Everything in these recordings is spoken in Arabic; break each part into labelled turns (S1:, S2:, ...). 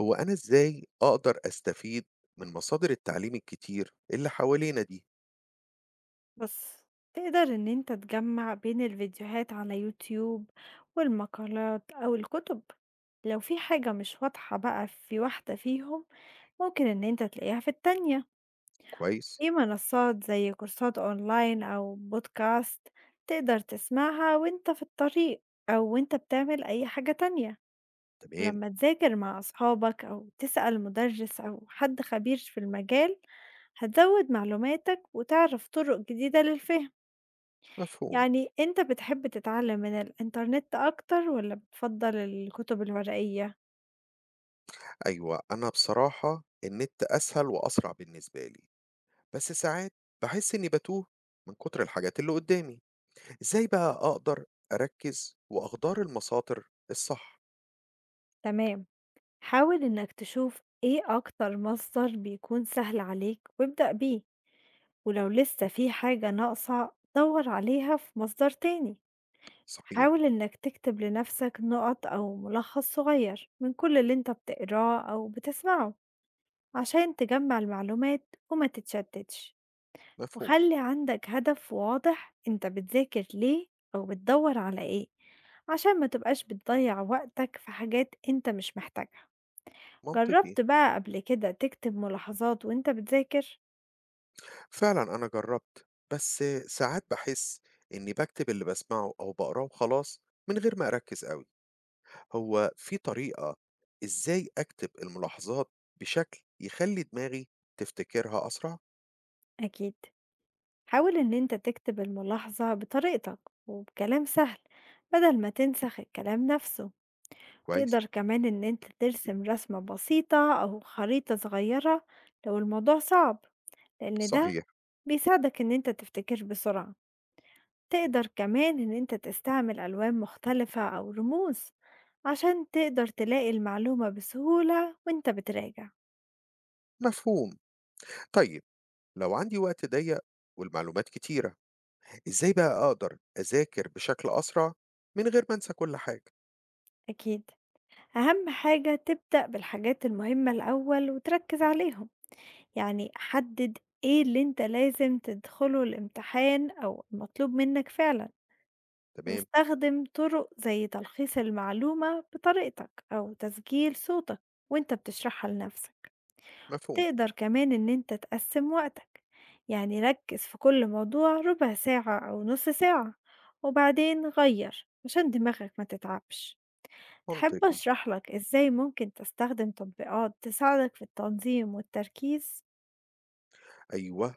S1: هو أنا إزاي أقدر أستفيد من مصادر التعليم الكتير اللي حوالينا دي؟
S2: بُص، تقدر إن أنت تجمّع بين الفيديوهات على يوتيوب والمقالات أو الكتب، لو في حاجة مش واضحة بقى في واحدة فيهم ممكن إن أنت تلاقيها في التانية،
S1: كويس؟
S2: في منصات زي كورسات أونلاين أو podcast تقدر تسمعها وأنت في الطريق أو وأنت بتعمل أي حاجة تانية،
S1: تمام،
S2: ولمّا تذاكر مع أصحابك أو تسأل مُدرِّس أو حد خبير في المجال هتزوّد معلوماتك وتعرف طُرق جديدة للفهم.
S1: مفهوم.
S2: يعني أنت بتحب تتعلم من الإنترنت أكتر والّا بتفضّل الكتب الورقية؟
S1: أيوه، أنا بصراحة النت أسهل وأسرع بالنسبة لي، بس ساعات باحس إني باتوه من كتر الحاجات اللي قدامي. إزاي بقى أقدر أركز وأختار المصادر الصح؟
S2: تمام، حاول إنك تشوف إيه أكتر مصدر بيكون سهل عليك وابدأ بيه، ولو لسه في حاجة ناقصة دَوّر عليها في مصدر تاني،
S1: صحيح،
S2: حاول إنك تكتب لنفسك نُقط أو ملخص صغير من كل اللي أنت بتقراه أو بتسمعه عشان تجمّع المعلومات وما تتشتتش.
S1: مفهوم،
S2: وخلّي عندك هدف واضح أنت بتذاكر ليه أو بتدوّر على إيه، عشان ما تبقاش بتضيّع وقتك في حاجات أنت مش محتاجها.
S1: منطقي.
S2: جرّبت بقى قبل كده تكتب ملاحظات وأنت بتذاكر؟
S1: فعلا أنا جربت، بس ساعات باحس إني باكتب اللي بسمعه أو بقراه وخلاص من غير ما أركز أوي. هو في طريقة إزاي أكتب الملاحظات بشكل يخلّي دماغي تفتكرها أسرع؟
S2: أكيد. حاول إن أنت تكتب الملاحظة بطريقتك وبكلام سهل بدل ما تنسخ الكلام نفسه.
S1: كويس،
S2: تقدر كمان إن أنت ترسم رسمة بسيطة أو خريطة صغيرة لو الموضوع صعب، لإن ده
S1: صحيح،
S2: بيساعدك إن أنت تفتكر بسرعة. تقدر كمان إن أنت تستعمل ألوان مختلفة أو رموز عشان تقدر تلاقي المعلومة بسهولة وأنت بتراجع.
S1: مفهوم. طيب لو عندي وقت ضيّق والمعلومات كتيرة، إزاي بقى أقدر أذاكر بشكل أسرع من غير ما أنسى كل حاجة؟
S2: أكيد، أهم حاجة تبدأ بالحاجات المهمة الأول وتركز عليهم، يعني حدد إيه اللي أنت لازم تدخله الامتحان أو المطلوب منك فعلا.
S1: تمام،
S2: واستخدم طرق زي تلخيص المعلومة بطريقتك أو تسجيل صوتك وأنت بتشرحها لنفسك.
S1: مفهوم،
S2: تقدر كمان إن أنت تقسم وقتك، يعني ركز في كل موضوع ربع ساعة أو نص ساعة وبعدين غير عشان دماغك ما تتعبش. تحب
S1: منطقي.
S2: أشرح لك إزاي ممكن تستخدم تطبيقات تساعدك في التنظيم والتركيز؟
S1: أيوه،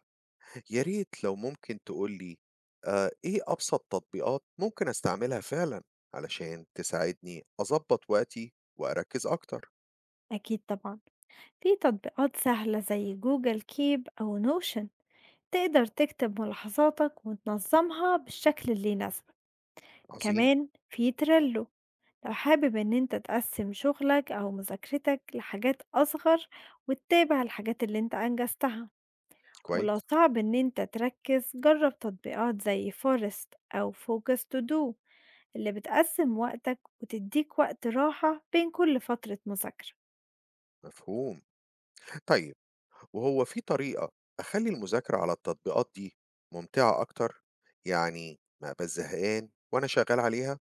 S1: يا ريت لو ممكن تقول لي إيه أبسط تطبيقات ممكن أستعملها فعلًا علشان تساعدني أضبّط وقتي وأركّز أكتر؟
S2: أكيد طبعا، في تطبيقات سهلة زي جوجل كيب أو نوشن تقدر تكتب ملاحظاتك وتنظمها بالشكل اللي يناسبك.
S1: عظيم،
S2: كمان في تريلو لو حابب إن أنت تقسّم شغلك أو مذاكرتك لحاجات أصغر وتتابع الحاجات اللي أنت أنجزتها، ولو
S1: كويس.
S2: صعب إن أنت تركّز جرّب تطبيقات زي forest أو focus to do اللي بتقسّم وقتك وتدّيك وقت راحة بين كل فترة مذاكرة.
S1: مفهوم. طيب وهو في طريقة أخلّي المذاكرة على التطبيقات دي ممتعة أكتر؟ يعني ما أبقاش زهقان وأنا شغّال عليها؟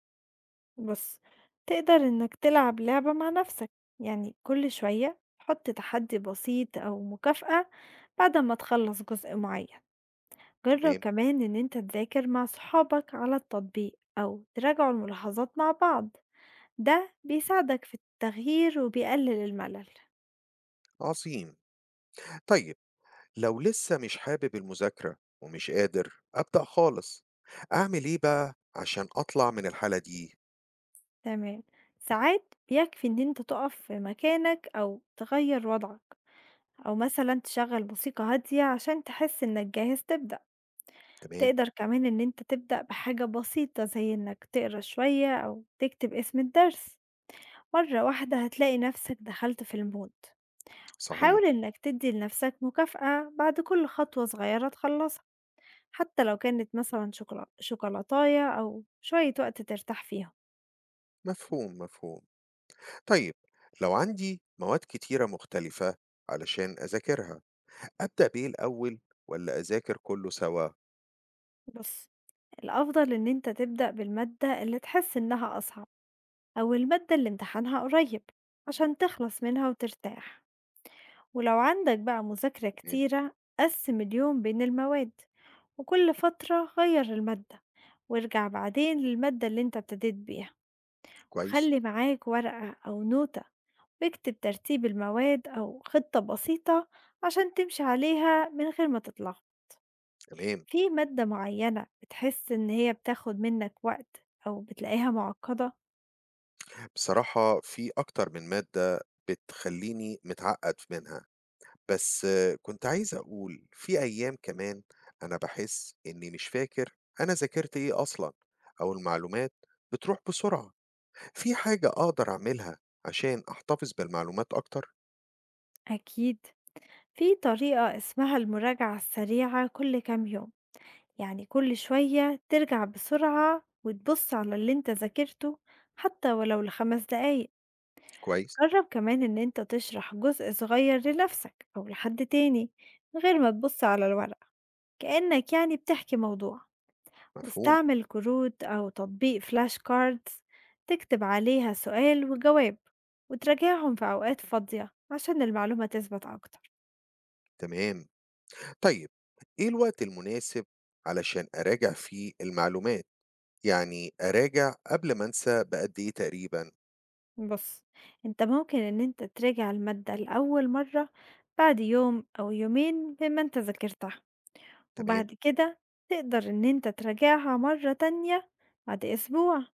S2: بُص، تقدر إنك تلعب لعبة مع نَفْسك، يعني كل شوية حُط تحدّي بسيط أو مكافأة بعد أمّا تخلّص جزء معيّن. جرب
S1: تمام،
S2: كمان إن أنت تذاكر مع صحابك على التطبيق أو تراجعوا الملاحظات مع بعض، ده بيساعدك في التغيير وبيقلل الملل.
S1: عظيم. طيب لو لسه مش حابب المذاكرة ومش قادر أبدأ خالص، أعمل إيه بقى عشان أطلع من الحالة دي؟
S2: تمام، ساعات بيكفي إن أنت تقف في مكانك أو تغير وضعك أو مثلا تشغل موسيقى هادية عشان تحس إنك جاهز تبدأ.
S1: تمام،
S2: تقدر كمان إن أنت تبدأ بحاجة بسيطة زي إنك تقرأ شوية أو تكتب اسم الدرس، مرة واحدة هتلاقي نفسك دخلت في المود. حاول
S1: صحيح،
S2: إنك تدي لنفسك مكافأة بعد كل خطوة صغيرة تخلصها، حتى لو كانت مثلا شوكولاتاية أو شوية وقت ترتاح فيها.
S1: مفهوم، مفهوم. طيب لو عندي مواد كتيرة مختلفة علشان أذاكرها، أبدأ بإيه الأول والّا أذاكر كُلّه سوا؟
S2: بص، الأفضل إن أنت تبدأ بالمادة اللي تحس إنها أصعب أو المادة اللي امتحانها قريب عشان تخلص منها وترتاح. ولو عندك بقى مذاكرة
S1: تمام،
S2: كتيرة قسم اليوم بين المواد، وكل فترة غير المادة وارجع بعدين للمادة اللي انت ابتديت بيها.
S1: كويس،
S2: وخلي معاك ورقة أو نوتة واكتب ترتيب المواد أو خطة بسيطة عشان تمشي عليها من غير ما تتلخبط.
S1: تمام.
S2: في مادة معينة بتحس إن هي بتاخد منك وقت أو بتلاقيها معقدة؟
S1: بصراحة في أكتر من مادة بتخلّيني متعقّد منها، بس آه، كنت عايز أقول في أيام كمان أنا باحس إني مش فاكر أنا ذاكرت إيه أصلًا، أو المعلومات بتروح بسرعة، في حاجة أقدر أعملها عشان أحتفظ بالمعلومات أكتر؟
S2: أكيد، في طريقة اسمها المراجعة السريعة كل كام يوم، يعني كل شوية ترجع بسرعة وتبص على اللي انت ذاكرته حتى ولو لخمس دقايق.
S1: كويس،
S2: جرب كمان إن أنت تشرح جزء صغير لنفسك أو لحد تاني من غير ما تبص على الورق، كأنك يعني بتحكي موضوع.
S1: مفهوم،
S2: واستعمل كروت أو تطبيق فلاش كاردز تكتب عليها سؤال وجواب وتراجعهم في أوقات فاضية عشان المعلومة تثبت أكتر.
S1: تمام. طيب إيه الوقت المناسب علشان أراجع فيه المعلومات؟ يعني أراجع قبل ما أنسى بقد إيه تقريبًا؟
S2: بص، أنت ممكن إن أنت تراجع المادة لأول مرة بعد يوم أو يومين بما أنت ذاكرتها،
S1: تمام،
S2: وبعد كده تقدر إن أنت تراجعها مرة تانية بعد أسبوع.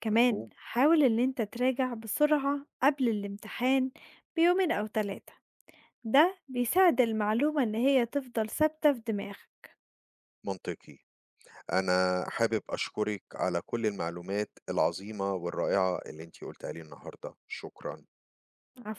S2: كمان
S1: مفهوم،
S2: حاول إن أنت تراجع بسرعة قبل الامتحان بيومين أو 3، ده بيساعد المعلومة إن هي تفضل ثابتة في دماغك.
S1: منطقي. أنا حابب أشكرِك على كل المعلومات العظيمة والرائعة اللي أنتِ قُلتيها لي النهارده، شكرًا.
S2: عفوا.